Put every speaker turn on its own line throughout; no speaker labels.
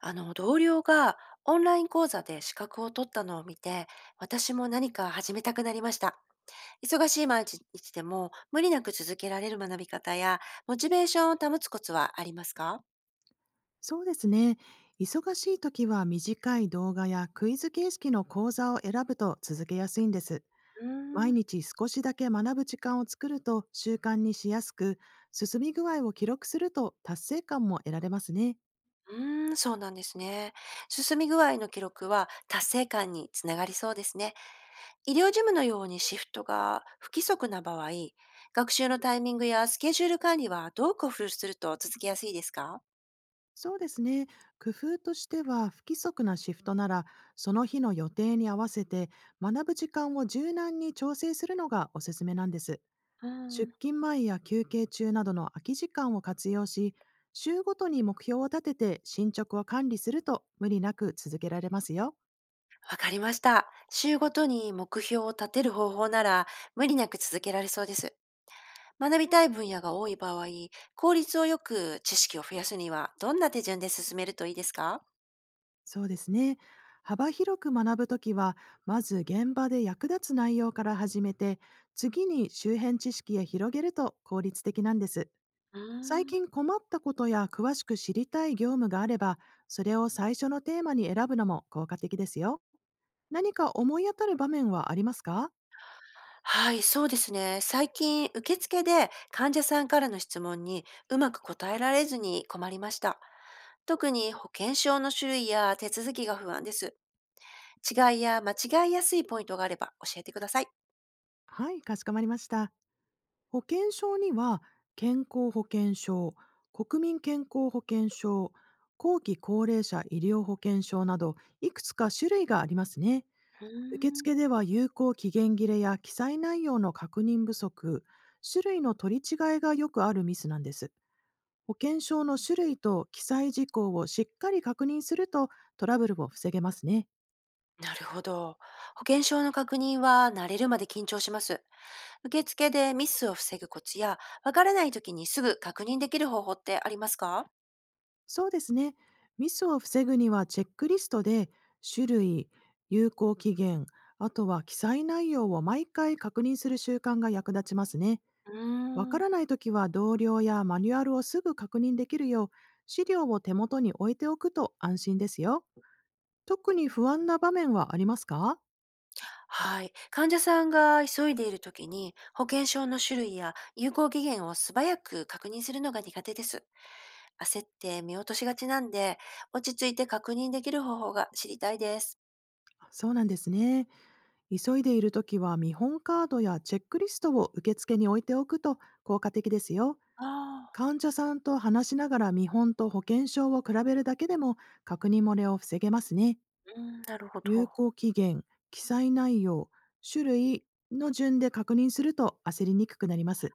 同僚がオンライン講座で資格を取ったのを見て、私も何か始めたくなりました。忙しい毎日でも無理なく続けられる学び方や、モチベーションを保つコツはありますか？
そうですね。忙しい時は短い動画やクイズ形式の講座を選ぶと続けやすいんです。
うー
毎
ん。
日少しだけ学ぶ時間を作ると習慣にしやすく、進み具合を記録すると達成感も得られますね。
うーん、そうなんですね。進み具合の記録は達成感につながりそうですね。医療事務のようにシフトが不規則な場合、学習のタイミングやスケジュール管理はどう工夫すると続けやすいですか？
そうですね。工夫としては、不規則なシフトなら、その日の予定に合わせて学ぶ時間を柔軟に調整するのがおすすめなんです。
うん。
出勤前や休憩中などの空き時間を活用し、週ごとに目標を立てて進捗を管理すると無理なく続けられますよ。
わかりました。週ごとに目標を立てる方法なら無理なく続けられそうです。学びたい分野が多い場合、効率をよく知識を増やすにはどんな手順で進めるといいですか？
そうですね。幅広く学ぶときは、まず現場で役立つ内容から始めて、次に周辺知識へ広げると効率的なんです。
う
最
ーん。
近困ったことや詳しく知りたい業務があれば、それを最初のテーマに選ぶのも効果的ですよ。何か思い当たる場面はありますか？
はい、そうですね。最近、受付で患者さんからの質問にうまく答えられずに困りました。特に保険証の種類や手続きが不安です。違いや間違いやすいポイントがあれば教えてください。
はい、かしこまりました。保険証には、健康保険証、国民健康保険証、後期高齢者医療保険証など、いくつか種類がありますね。
うー
受
ん。
付では、有効期限切れや記載内容の確認不足、種類の取り違えがよくあるミスなんです。保険証の種類と記載事項をしっかり確認すると、トラブルを防げますね。
なるほど。保険証の確認は慣れるまで緊張します。受付でミスを防ぐコツや、わからない時にすぐ確認できる方法ってありますか？
そうですね。ミスを防ぐには、チェックリストで種類、有効期限、あとは記載内容を毎回確認する習慣が役立ちますね。
う
わ
ー
か
ん、
らないときは、同僚やマニュアルをすぐ確認できるよう、資料を手元に置いておくと安心ですよ。特に不安な場面はありますか？
はい。患者さんが急いでいる時に、保険証の種類や有効期限を素早く確認するのが苦手です。焦って見落としがちなんで、落ち着いて確認できる方法が知りたいです。
そうなんですね。急いでいるときは、見本カードやチェックリストを受付に置いておくと効果的ですよ。
ああ、
患者さんと話しながら見本と保険証を比べるだけでも、確認漏れを防げますね。
うん、なるほ
有
ど。
効期限、記載内容、種類の順で確認すると焦りにくくなります。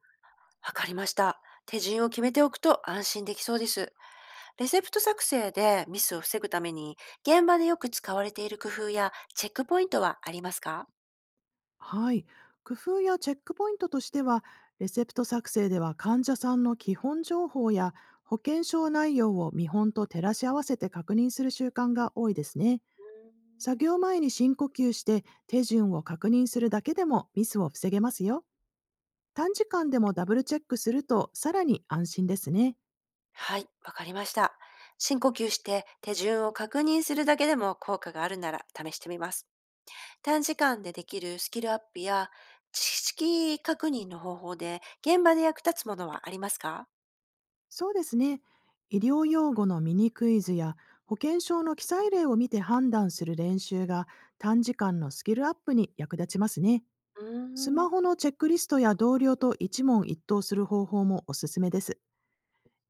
わかりました。手順を決めておくと安心できそうです。レセプト作成でミスを防ぐために、現場でよく使われている工夫やチェックポイントはありますか？
はい。工夫やチェックポイントとしては、レセプト作成では患者さんの基本情報や保険証内容を見本と照らし合わせて確認する習慣が多いですね。
うん。
作業前に深呼吸して手順を確認するだけでもミスを防げますよ。短時間でもダブルチェックすると、さらに安心ですね。
はい、わかりました。深呼吸して手順を確認するだけでも効果があるなら試してみます。短時間でできるスキルアップや知識確認の方法で現場で役立つものはありますか？
そうですね。医療用語のミニクイズや保険証の記載例を見て判断する練習が、短時間のスキルアップに役立ちますね。
う
ス
ーん。
マホのチェックリストや同僚と一問一答する方法もおすすめです。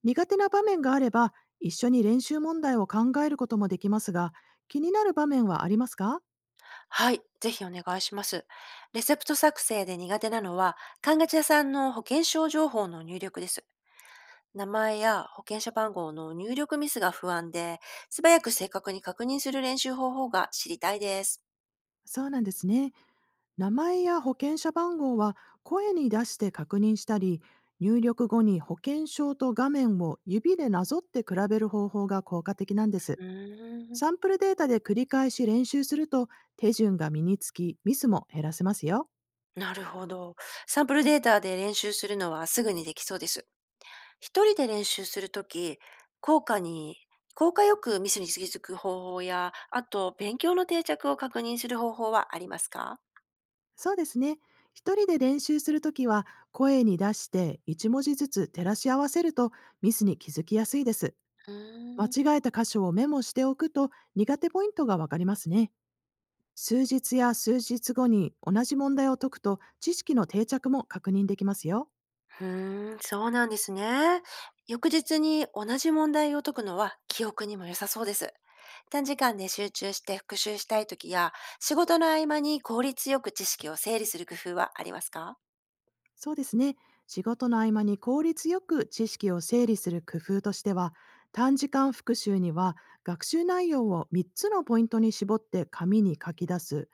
苦手な場面があれば一緒に練習問題を考えることもできますが、気になる場面はありますか？
はい、ぜひお願いします。レセプト作成で苦手なのは、看護師さんの保険証情報の入力です。名前や保険者番号の入力ミスが不安で、素早く正確に確認する練習方法が知りたいです。
そうなんですね。名前や保険者番号は、声に出して確認したり、入力後に保険証と画面を指でなぞって比べる方法が効果的なんです。
うーん、
サンプルデータで繰り返し練習すると手順が身につき、ミスも減らせますよ。
なるほど。サンプルデータで練習するのはすぐにできそうです。一人で練習するとき、効果に、効果よくミスに気づく方法や、あと勉強の定着を確認する方法はありますか？
そうですね。一人で練習するときは、声に出して一文字ずつ照らし合わせるとミスに気づきやすいです。
うーん。
間違えた箇所をメモしておくと、苦手ポイントがわかりますね。数日や数日後に同じ問題を解くと、知識の定着も確認できますよ。
ふーん、そうなんですね。翌日に同じ問題を解くのは記憶にも良さそうです。短時間で集中して復習したいときや、仕事の合間に効率よく知識を整理する工夫はありますか？
そうですね。仕事の合間に効率よく知識を整理する工夫としては、短時間復習には学習内容を3つのポイントに絞って紙に書き出す、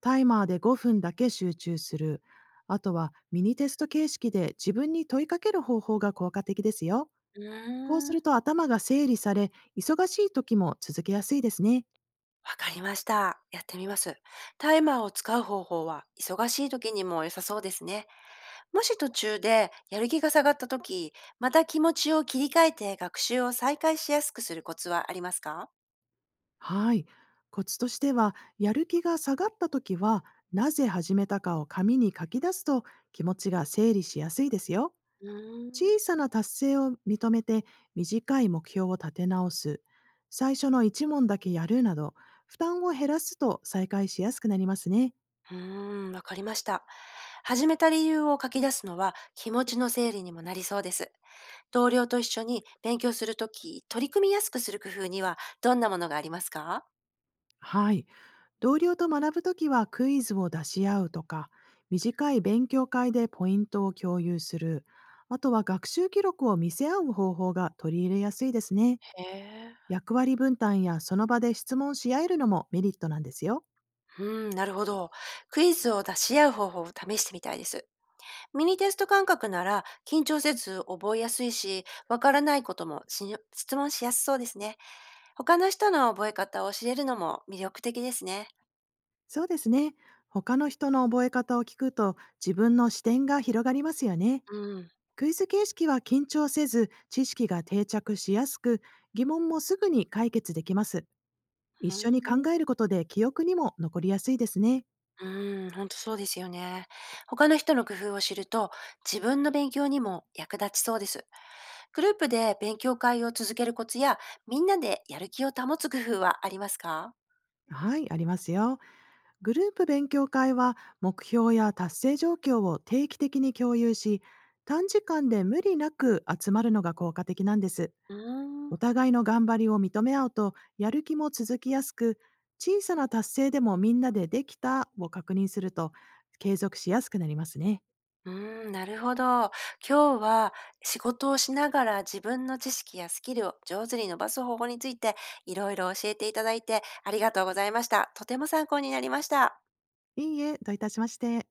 タイマーで5分だけ集中する、あとはミニテスト形式で自分に問いかける方法が効果的ですよ。
う
こう
ーん、
する
わ
と頭が整理され、忙しい時も続けやすいですね。
かりました。やってみます。タイマーを使う方法は忙しい時にも良さそうですね。もし途中でやる気が下がった時、また気持ちを切り替えて学習を再開しやすくするコツはありますか？
はい。コツとしては、やる気が下がった時は、なぜ始めたかを紙に書き出すと気持ちが整理しやすいですよ。
うーん。
小さな達成を認めて短い目標を立て直す。最初の一問だけやるなど、負担を減らすと再開しやすくなりますね。
うーん、わかりました。始めた理由を書き出すのは気持ちの整理にもなりそうです。同僚と一緒に勉強するとき、取り組みやすくする工夫にはどんなものがありますか？
はい。同僚と学ぶときは、クイズを出し合うとか、短い勉強会でポイントを共有する、あとは学習記録を見せ合う方法が取り入れやすいですね。
へえ。
役割分担やその場で質問し合えるのもメリットなんですよ。
うーん、なるほど。クイズを出し合う方法を試してみたいです。ミニテスト感覚なら緊張せず覚えやすいし、わからないことも質問しやすそうですね。他の人の覚え方を教えるのも魅力的ですね。
そうですね。他の人の覚え方を聞くと、自分の視点が広がりますよね。
うん。
クイズ形式は緊張せず知識が定着しやすく、疑問もすぐに解決できます。一
う
緒に
ん。
考えることで記憶にも残りやすいですね。
うーん、ほんとそうですよね。他の人の工夫を知ると自分の勉強にも役立ちそうです。グループで勉強会を続けるコツやみんなでやる気を保つ工夫はありますか？
はい、ありますよ。グループ勉強会は、目標や達成状況を定期的に共有し、短時間で無理なく集まるのが効果的なんです。
うーん。
お互いの頑張りを認め合うと、やる気も続きやすく、小さな達成でもみんなでできたを確認すると、継続しやすくなりますね。
うーん、なるほど。今日は仕事をしながら自分の知識やスキルを上手に伸ばす方法についていろいろ教えていただいてありがとうございました。とても参考になりました。
いいえ、どういたしまして。